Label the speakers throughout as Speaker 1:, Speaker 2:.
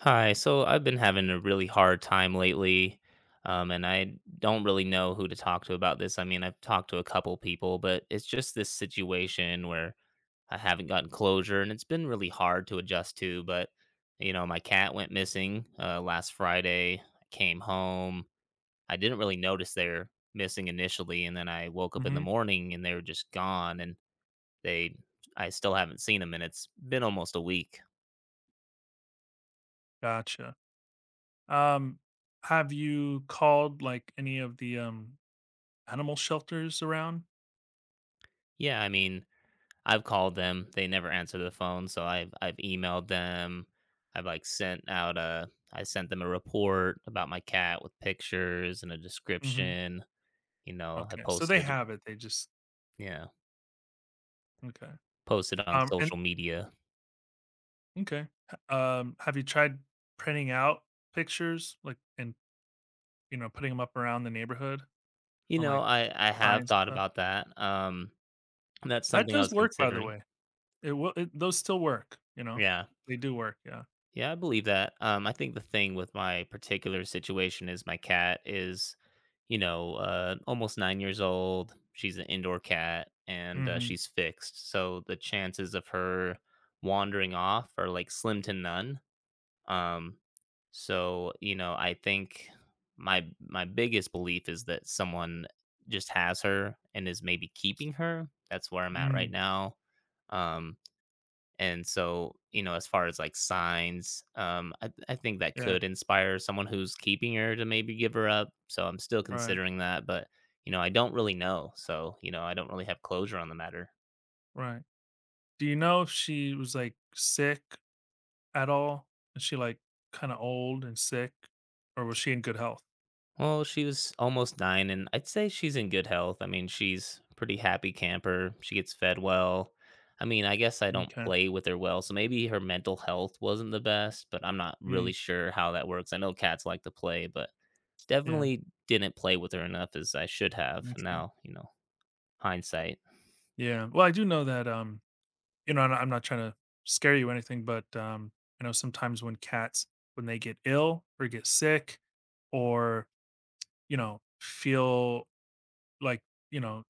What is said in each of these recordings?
Speaker 1: Hi, so I've been having a really hard time lately, and I don't really know who to talk to about this. I mean, I've talked to a couple people, but it's just this situation where I haven't gotten closure, and it's been really hard to adjust to. But, you know, my cat went missing last Friday. I came home. I didn't really notice they were missing initially, and then I woke up in the
Speaker 2: hmm
Speaker 1: morning and they were just gone, and they, I still haven't seen them, and it's been almost a week.
Speaker 2: Gotcha. Um, have you called like any of the animal shelters around?
Speaker 1: Yeah, I mean, I've called them, they never answer the phone, so I've emailed them. I've, like, sent out a I sent them a report about my cat with pictures and a
Speaker 2: hmm
Speaker 1: description, you know, I
Speaker 2: Okay, so they
Speaker 1: posted,
Speaker 2: have it. They just
Speaker 1: yeah,
Speaker 2: okay.
Speaker 1: posted on
Speaker 2: And
Speaker 1: social media.
Speaker 2: okay. Have you tried printing out pictures like and putting them up around the neighborhood
Speaker 1: You
Speaker 2: on
Speaker 1: know,
Speaker 2: like
Speaker 1: I have
Speaker 2: signs and
Speaker 1: thought
Speaker 2: stuff?
Speaker 1: about that, and that's
Speaker 2: That
Speaker 1: something I
Speaker 2: does
Speaker 1: was
Speaker 2: work, by the
Speaker 1: considering.
Speaker 2: way. It will. Those still work. You know,
Speaker 1: Yeah.
Speaker 2: they do work. Yeah.
Speaker 1: Yeah, I believe that. I think the thing with my particular situation is my cat is, you know, almost 9 years old. She's an indoor cat, and
Speaker 2: Mm-hmm.
Speaker 1: she's fixed. So the chances of her wandering off are like slim to none. Um, so you know, I think my biggest belief is that someone just has her and is maybe keeping her. That's where I'm at right
Speaker 2: Mm,
Speaker 1: now. Um, and so, you know, as far as like signs, I think that
Speaker 2: yeah.
Speaker 1: could inspire someone who's keeping her to maybe give her up. So I'm still
Speaker 2: Right.
Speaker 1: considering that, but you know, I don't really know. So, you know, I don't really have closure on the matter.
Speaker 2: Right. Do you know if she was like sick at all? Is she, like, kinda old and sick, or was she in good health?
Speaker 1: Well, she was almost nine, and I'd say she's in good health. I mean, she's pretty happy camper. She gets fed well. I mean, I guess I don't
Speaker 2: Okay.
Speaker 1: play with her well, so maybe her mental health wasn't the best, but I'm not
Speaker 2: Mm,
Speaker 1: really sure how that works. I know cats like to play, but
Speaker 2: yeah,
Speaker 1: definitely didn't play with her enough as I should have.
Speaker 2: m'kay.
Speaker 1: Now, you know, hindsight.
Speaker 2: Yeah, well, I do know that, and I'm not trying to scare you or anything, but, I know sometimes when cats, when they get ill or get sick or, feel like, you know,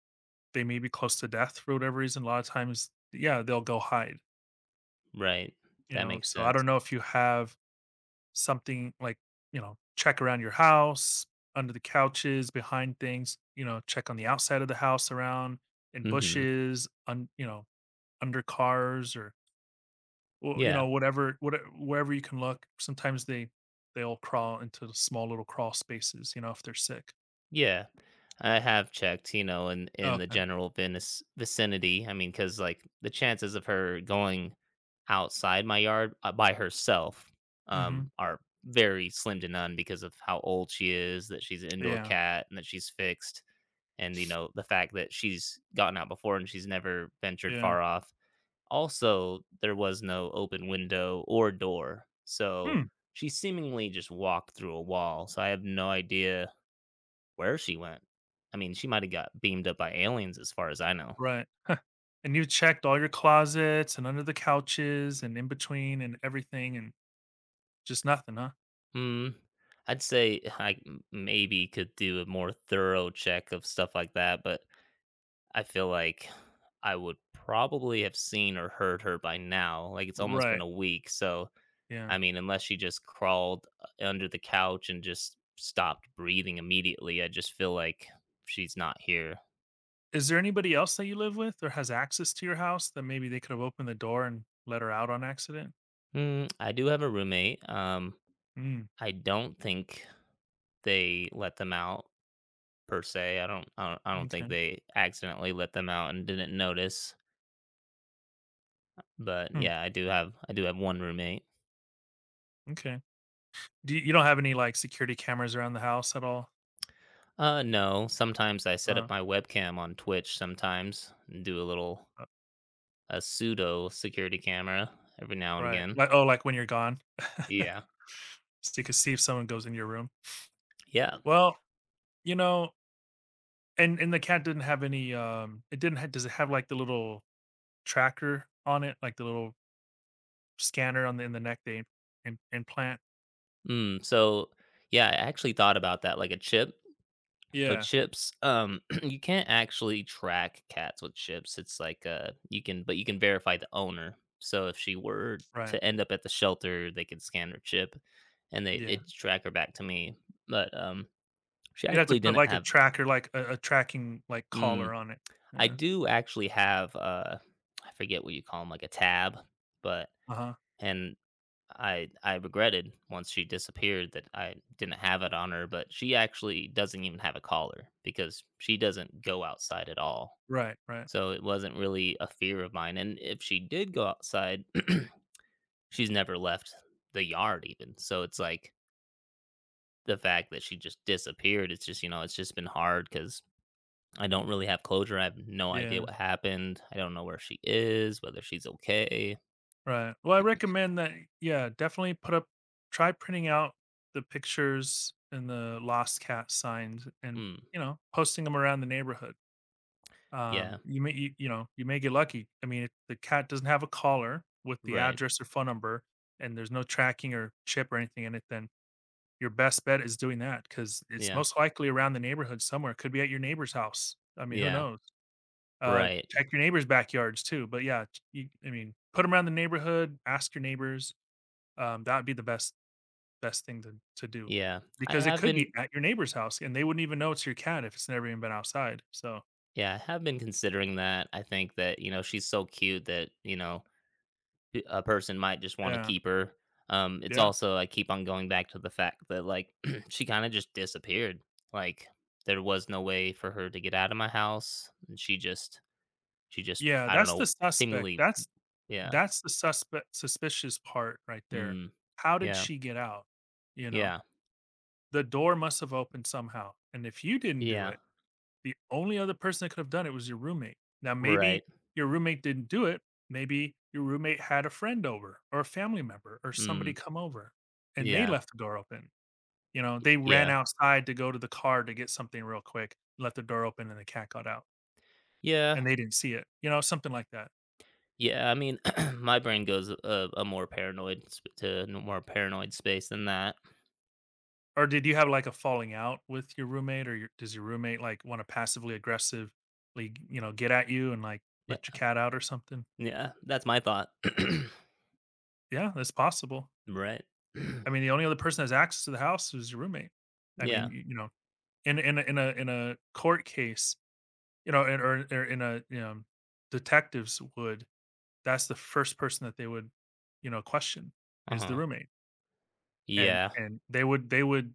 Speaker 2: they may be close to death for whatever reason, a lot of times yeah, they'll go hide,
Speaker 1: Right.
Speaker 2: you
Speaker 1: That
Speaker 2: know?
Speaker 1: makes
Speaker 2: So I
Speaker 1: sense.
Speaker 2: don't know if you have something like, check around your house, under the couches, behind things, you know, check on the outside of the house, around in
Speaker 1: Mhm.
Speaker 2: bushes, under cars or well, you
Speaker 1: Yeah.
Speaker 2: know, whatever, wherever you can look. Sometimes they'll crawl into the small little crawl spaces, you know, if they're sick.
Speaker 1: Yeah, I have checked, you know, in the
Speaker 2: Okay.
Speaker 1: general vinis vicinity. I mean, because like the chances of her going outside my yard by herself
Speaker 2: hmm
Speaker 1: are very slim to none because of how old she is, that she's an indoor
Speaker 2: Yeah.
Speaker 1: cat, and that she's fixed, and you know the fact that she's gotten out before and she's never ventured
Speaker 2: Yeah.
Speaker 1: far off. Also, there was no open window or door, so
Speaker 2: Hmm.
Speaker 1: she seemingly just walked through a wall. So I have no idea where she went. I mean, she might have got beamed up by aliens as far as I know.
Speaker 2: Right. And you checked all your closets and under the couches and in between and everything and just nothing, huh?
Speaker 1: Hmm. I'd say I m maybe could do a more thorough check of stuff like that, but I feel like I would probably have seen or heard her by now, like, it's almost been
Speaker 2: Right.
Speaker 1: a week, so,
Speaker 2: Yeah.
Speaker 1: I mean, unless she just crawled u under the couch and just stopped breathing immediately, I just feel like she's not here.
Speaker 2: Is there anybody else that you live with or has access to your house that maybe they could have opened the door and let her out on accident?
Speaker 1: Mm, I do have a roommate,
Speaker 2: Mm,
Speaker 1: I don't think they let them out per se, I don't think
Speaker 2: okay.
Speaker 1: they accidentally let them out and didn't notice, but
Speaker 2: Hmm,
Speaker 1: yeah, I do have one roommate.
Speaker 2: m'kay. Do you don't have any, like, security cameras around the house at all?
Speaker 1: No, sometimes I set
Speaker 2: Uh,
Speaker 1: up my webcam on Twitch sometimes and do a little
Speaker 2: uh,
Speaker 1: a pseudo security camera every now and
Speaker 2: right.
Speaker 1: again.
Speaker 2: Like oh, like when you're gone?
Speaker 1: Yeah.
Speaker 2: So you can see if someone goes in your room.
Speaker 1: Yeah.
Speaker 2: Well, you know and the cat didn't have any, it didn't ha does it have, like, the little tracker on it? Like, the little scanner on the neck they implant?
Speaker 1: Mm, so, yeah, I actually thought about that, like a chip. So
Speaker 2: Yeah.
Speaker 1: chips, you can't actually track cats with chips. It's like you can, but you can verify the owner. So if she were
Speaker 2: Right.
Speaker 1: to end up at the shelter, they could scan her chip, and they
Speaker 2: Yeah.
Speaker 1: it track her back to me. But she
Speaker 2: You'd have to
Speaker 1: actually
Speaker 2: put,
Speaker 1: didn't
Speaker 2: like, a
Speaker 1: have.
Speaker 2: tracker, like, a tracking, like,
Speaker 1: Mm,
Speaker 2: collar on it.
Speaker 1: I
Speaker 2: Yeah.
Speaker 1: do actually have I forget what you call them, like a tab, but
Speaker 2: Uh-huh.
Speaker 1: and I regretted once she disappeared that I didn't have it on her, but she actually doesn't even have a collar because she doesn't go outside at all.
Speaker 2: Right, right.
Speaker 1: So it wasn't really a fear of mine. And if she did go outside, she's never left the yard even. So it's like the fact that she just disappeared, it's just, you know, it's just been hard because I don't really have closure. I have no idea
Speaker 2: Yeah,
Speaker 1: what happened. I don't know where she is, whether she's okay.
Speaker 2: right. Well, I recommend that yeah, definitely put up try printing out the pictures and the lost cat signs and,
Speaker 1: Mm,
Speaker 2: you know, posting them around the neighborhood.
Speaker 1: yeah.
Speaker 2: You may you may get lucky. I mean, if the cat doesn't have a collar with the
Speaker 1: Right.
Speaker 2: address or phone number and there's no tracking or chip or anything in it, then your best bet is doing that because it's
Speaker 1: Yeah.
Speaker 2: most likely around the neighborhood somewhere, could be at your neighbor's house. I mean, who
Speaker 1: Yeah.
Speaker 2: knows?
Speaker 1: Right.
Speaker 2: Check your neighbor's backyards too, but yeah, t you I mean, put them around the neighborhood, ask your neighbors, that'd be the best thing to do,
Speaker 1: Yeah. I
Speaker 2: because it
Speaker 1: have
Speaker 2: could
Speaker 1: been,
Speaker 2: be at your neighbor's house, and they wouldn't even know it's your cat if it's never even been outside, so
Speaker 1: yeah, I have been considering that. I think that, you know, she's so cute that, you know, I a person might just wanna
Speaker 2: yeah,
Speaker 1: keep her. It's
Speaker 2: yeah.
Speaker 1: also I keep on going back to the fact that, like, she kinda just disappeared. Like, there was no way for her to get out of my house, and she just
Speaker 2: Yeah,
Speaker 1: I don't
Speaker 2: that's the
Speaker 1: know,
Speaker 2: suspect,
Speaker 1: seemingly,
Speaker 2: that's
Speaker 1: yeah.
Speaker 2: that's the suspect suspicious part right there.
Speaker 1: Mm.
Speaker 2: How did
Speaker 1: Yeah.
Speaker 2: she get out? You know?
Speaker 1: Yeah.
Speaker 2: The door must have opened somehow, and if you didn't do
Speaker 1: Yeah.
Speaker 2: it, the only other person that could have done it was your roommate. Now,
Speaker 1: Right.
Speaker 2: maybe your roommate didn't do it. Maybe your roommate had a friend over or a family member or somebody
Speaker 1: Mm.
Speaker 2: come over and they
Speaker 1: Yeah.
Speaker 2: left the door open. You know, they ran
Speaker 1: Yeah.
Speaker 2: outside to go to the car to get something real quick, left the door open and the cat got out
Speaker 1: Yeah.
Speaker 2: and they didn't see it. You know, something like that.
Speaker 1: Yeah, I mean, my brain goes a more paranoid sp to a more paranoid space than that.
Speaker 2: Or did you have like a falling out with your roommate or your, does your roommate like want to passively aggressively, you know, get at you and like
Speaker 1: Yeah.
Speaker 2: let your cat out or something?
Speaker 1: Yeah, that's my thought.
Speaker 2: Yeah, that's possible.
Speaker 1: Right.
Speaker 2: I mean, the only other person that has access to the house is your roommate. I mean,
Speaker 1: Yeah.
Speaker 2: you know, in a court case, you know, and or in a, you know, detectives would that's the first person that they would, you know, question is the
Speaker 1: Uh-huh.
Speaker 2: roommate. And
Speaker 1: Yeah,
Speaker 2: they would,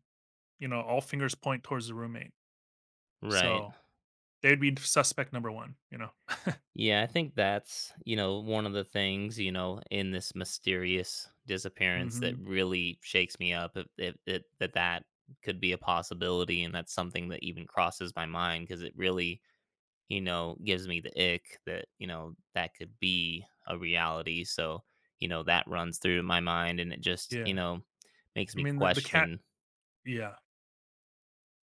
Speaker 2: you know, all fingers point towards the roommate.
Speaker 1: right.
Speaker 2: So, they'd be suspect number 1, you know?
Speaker 1: Yeah, I think that's, you know, one of the things, you know, in this mysterious disappearance that
Speaker 2: Mhm.
Speaker 1: really shakes me up if, that that could be a possibility. And that's something that even crosses my mind because it really, you know, gives me the ick that, you know, that could be a reality. So, you know, that runs through my mind and it just, you
Speaker 2: Yeah.
Speaker 1: know, makes
Speaker 2: I
Speaker 1: me
Speaker 2: mean, the cat
Speaker 1: question.
Speaker 2: yeah.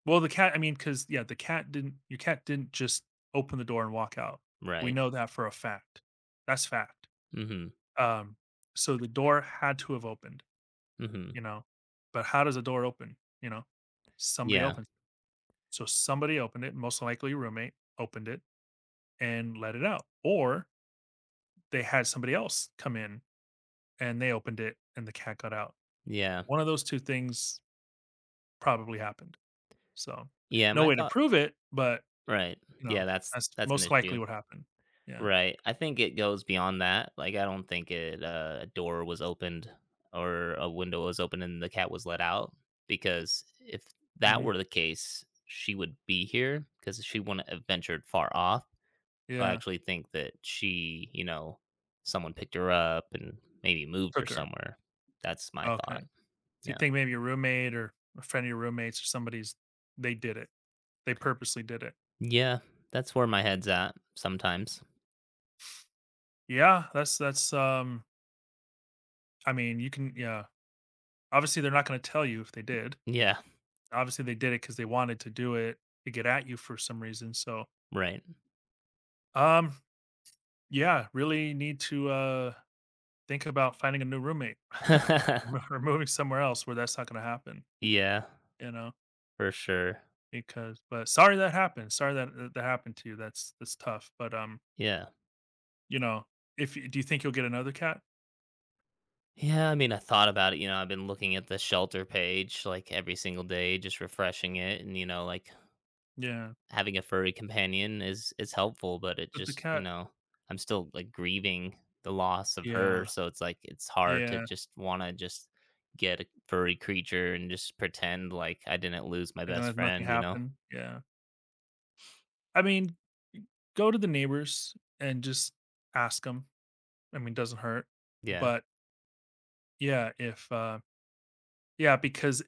Speaker 2: Well, the cat I mean, cause yeah, the cat didn't your cat didn't just open the door and walk out. We
Speaker 1: Right.
Speaker 2: know that for a fact. That's fact.
Speaker 1: Mm hmm.
Speaker 2: Um, so the door had to have opened,
Speaker 1: Mm hmm.
Speaker 2: you know? But how does a door open, you know? Somebody
Speaker 1: Yeah.
Speaker 2: opens it. So somebody opened it, most likely your roommate opened it and let it out, or they had somebody else come in and they opened it and the cat got out.
Speaker 1: Yeah.
Speaker 2: One of those 2 things probably happened. So,
Speaker 1: Yeah.
Speaker 2: no
Speaker 1: My
Speaker 2: way to
Speaker 1: thought.
Speaker 2: prove it, but,
Speaker 1: Right.
Speaker 2: you
Speaker 1: Yeah,
Speaker 2: know, that's
Speaker 1: that's an
Speaker 2: most
Speaker 1: issue.
Speaker 2: likely what happened. Yeah.
Speaker 1: Right. I think it goes beyond that. Like, I don't think it, a door was opened or a window was opened and the cat was let out because if that
Speaker 2: Mhm.
Speaker 1: were the case, she would be here because she wouldn't have ventured far off. So I
Speaker 2: Yeah.
Speaker 1: actually think that she, you know, someone picked her up and maybe moved her
Speaker 2: Cooker.
Speaker 1: somewhere. That's my
Speaker 2: Okay.
Speaker 1: thought.
Speaker 2: So you
Speaker 1: Yeah.
Speaker 2: think maybe your roommate or a friend of your roommates or somebody's they did it. They purposely did it.
Speaker 1: Yeah. That's where my head's at sometimes.
Speaker 2: Yeah, that's I mean, you can yeah. Obviously they're not going to tell you if they did.
Speaker 1: Yeah.
Speaker 2: Obviously they did it cuz they wanted to do it to get at you for some reason. So,
Speaker 1: Right.
Speaker 2: um yeah, really need to think about finding a new roommate Mo- or moving somewhere else where that's not going to happen,
Speaker 1: Yeah.
Speaker 2: you know?
Speaker 1: For sure.
Speaker 2: Because but sorry that happened. Sorry that that happened to you. That's tough, but
Speaker 1: Yeah.
Speaker 2: you know, if you do you think you'll get another cat?
Speaker 1: Yeah, I mean, I thought about it, you know, I've been looking at the shelter page like every single day, just refreshing it, and you know, like
Speaker 2: Yeah,
Speaker 1: having a furry companion is helpful, but it
Speaker 2: but the
Speaker 1: just, you
Speaker 2: cat
Speaker 1: know, I'm still like grieving the loss of her,
Speaker 2: yeah,
Speaker 1: so it's like it's hard to
Speaker 2: yeah,
Speaker 1: just want to just get a furry creature and just pretend like I didn't lose my
Speaker 2: and
Speaker 1: best
Speaker 2: then nothing
Speaker 1: friend, you know?
Speaker 2: happened, yeah. I mean, g go to the neighbors and just ask them. I mean, doesn't hurt,
Speaker 1: Yeah.
Speaker 2: but yeah, if, yeah, because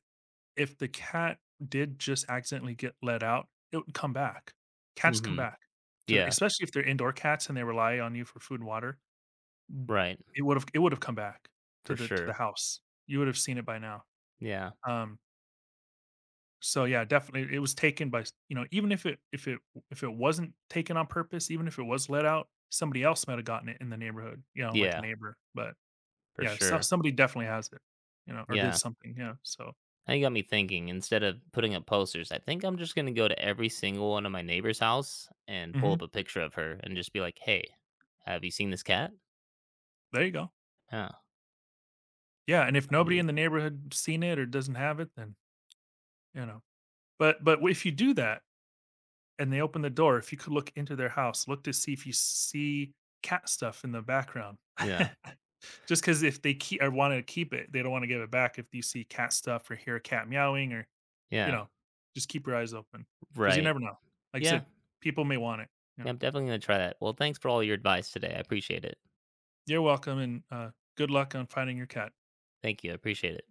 Speaker 2: if the cat did just accidentally get let out, it would come back. Cats come
Speaker 1: Mhm.
Speaker 2: back to the
Speaker 1: Yeah,
Speaker 2: especially if they're indoor cats and they rely on you for food and water,
Speaker 1: right.
Speaker 2: it would've come back to
Speaker 1: For
Speaker 2: the
Speaker 1: sure.
Speaker 2: house. You would have seen it by now,
Speaker 1: Yeah.
Speaker 2: um so yeah, definitely it was taken by, you know, even if it wasn't taken on purpose, even if it was let out, somebody else might have gotten it in the neighborhood, you know, like a
Speaker 1: Yeah,
Speaker 2: neighbor, but
Speaker 1: for
Speaker 2: yeah, so
Speaker 1: sure.
Speaker 2: somebody definitely has it, you know, or did
Speaker 1: Yeah.
Speaker 2: something, yeah, so
Speaker 1: That got me thinking. Instead of putting up posters, I think I'm just gonna go to every single one of my neighbor's house and pull up
Speaker 2: Mhm,
Speaker 1: a picture of her and just be like, "Hey, have you seen this cat?"
Speaker 2: there you go.
Speaker 1: Yeah,
Speaker 2: Yeah, and if nobody
Speaker 1: probably.
Speaker 2: in the neighborhood seen it or doesn't have it, then, you know but if you do that and they open the door, if you could look into their house, look to see if you see cat stuff in the background.
Speaker 1: Yeah,
Speaker 2: Just because if they keep or wanted to keep it, they don't want to give it back. If you see cat stuff or hear a cat meowing, or you
Speaker 1: yeah,
Speaker 2: know, just keep your eyes open because you
Speaker 1: right.
Speaker 2: never know. Like I
Speaker 1: Yeah,
Speaker 2: said, people may want it. You
Speaker 1: yeah.
Speaker 2: know,
Speaker 1: I'm definitely gonna try that. Well, thanks for all your advice today. I appreciate it.
Speaker 2: you're welcome, and good luck on finding your cat.
Speaker 1: Thank you. I appreciate it.